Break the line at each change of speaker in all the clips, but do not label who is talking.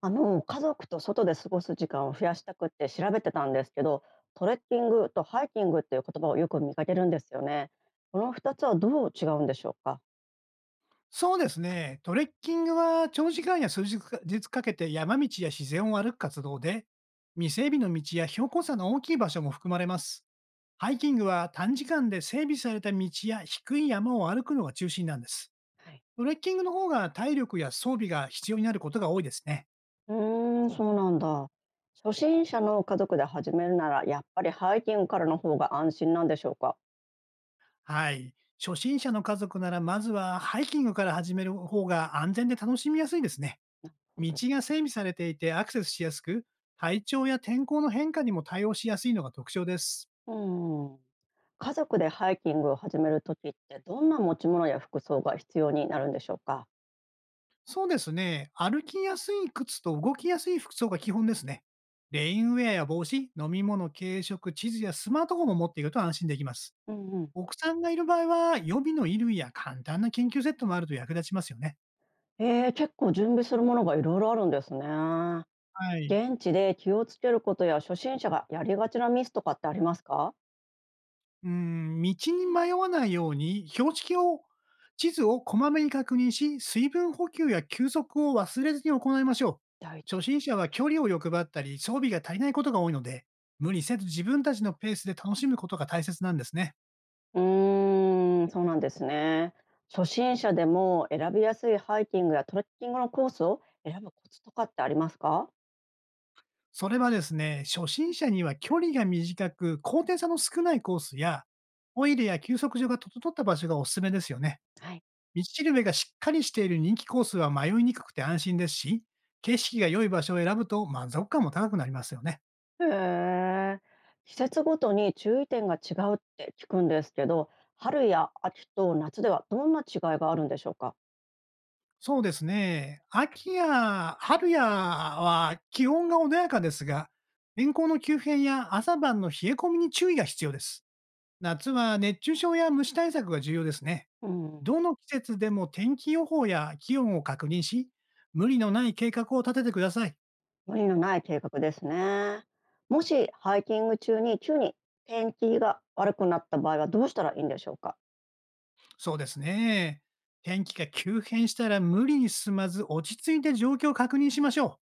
家族と外で過ごす時間を増やしたくって調べてたんですけど、トレッキングとハイキングっていう言葉をよく見かけるんですよね。この2つはどう違うんでしょうか。
そうですね。トレッキングは長時間や数日か日かけて山道や自然を歩く活動で、未整備の道や標高差の大きい場所も含まれます。ハイキングは短時間で整備された道や低い山を歩くのが中心なんです。
はい、
トレッキングの方が体力や装備が必要になることが多いですね。
うーん、そうなんだ。初心者の家族で始めるなら、やっぱりハイキングからの方が安心なんでしょうか。
はい。初心者の家族ならまずはハイキングから始める方が安全で楽しみやすいですね。道が整備されていてアクセスしやすく、体調や天候の変化にも対応しやすいのが特徴です。
うん。家族でハイキングを始めるときって、どんな持ち物や服装が必要になるんでしょうか。
そうですね。歩きやすい靴と動きやすい服装が基本ですね。レインウェアや帽子、飲み物、軽食、地図やスマートフォンも持っていると安心できます。
うん
お子さんがいる場合は、予備の衣類や簡単な研究セットもあると役立ちますよね。
ええ、結構準備するものがいろいろあるんですね。
はい。
現地で気をつけることや初心者がやりがちなミスとかってありますか？
道に迷わないように、標識を、地図をこまめに確認し、水分補給や休息を忘れずに行いましょ
第一
う。
第
初心者は
一。
距離を欲張ったり、装備が足りないことが多いので、無理せず自分たちのペースで楽しむことが大切なんですね。
うーん、そうなんですね。初心者でも選びやすいハイキングやトレッキングのコースを選ぶコツとかってありますか？
それはですね、初心者には距離が短く、高低差の少ないコースや、トイレや休息所が整った場所がおすすめですよね。
はい。
道しるべがしっかりしている人気コースは迷いにくくて安心ですし、景色が良い場所を選ぶと満足感も高くなりますよね。
へえ。季節ごとに注意点が違うって聞くんですけど、春や秋と夏ではどんな違いがあるんでしょうか？
そうですね。秋や春やは気温が穏やかですが、天候の急変や朝晩の冷え込みに注意が必要です。夏は熱中症や虫対策が重要ですね。
うん。
どの季節でも天気予報や気温を確認し、無理のない計画を立ててください。
無理のない計画ですね。もしハイキング中に急に天気が悪くなった場合はどうしたらいいんでしょうか？
そうですね。天気が急変したら無理に進まず落ち着いて状況を確認しましょう。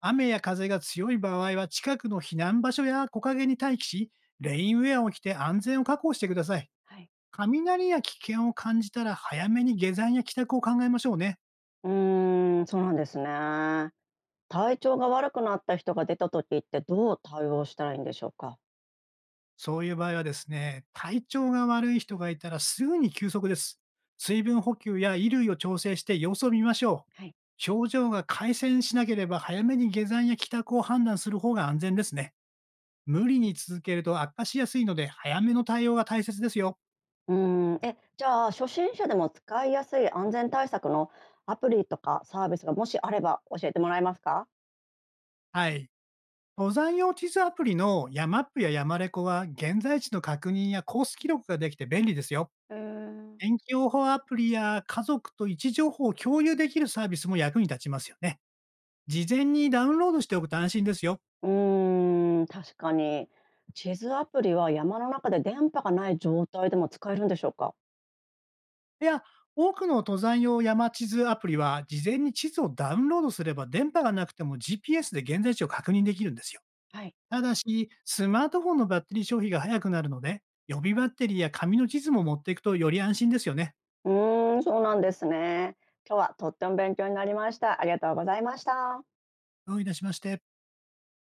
雨や風が強い場合は近くの避難場所や木陰に待機し、レインウェアを着て安全を確保してください。
はい。
雷や危険を感じたら早めに下山や帰宅を考えましょうね。
うーん、そうなんですね。体調が悪くなった人が出た時ってどう対応したらいいんでしょうか？
そういう場合はですね、体調が悪い人がいたらすぐに休息です。水分補給や衣類を調整して様子を見ましょう。
はい。
症状が改善しなければ早めに下山や帰宅を判断する方が安全ですね。無理に続けると悪化しやすいので早めの対応が大切ですよ。
うーん、じゃあ初心者でも使いやすい安全対策のアプリとかサービスがもしあれば教えてもらえますか？
はい。登山用地図アプリの山アップや山レコは現在地の確認やコース記録ができて便利ですよ。
うーん。
天気予報アプリや家族と位置情報を共有できるサービスも役に立ちますよね。事前にダウンロードしておくと安心ですよ。
うーん、確かに。地図アプリは山の中で電波がない状態でも使えるんでしょうか？
いや、多くの登山用山地図アプリは、事前に地図をダウンロードすれば電波がなくても GPS で現在地を確認できるんですよ。
はい。
ただし、スマートフォンのバッテリー消費が早くなるので、予備バッテリーや紙の地図も持っていくとより安心ですよね。
うーん、そうなんですね。今日はとっても勉強になりました。ありがとうございました。
どういたしまして。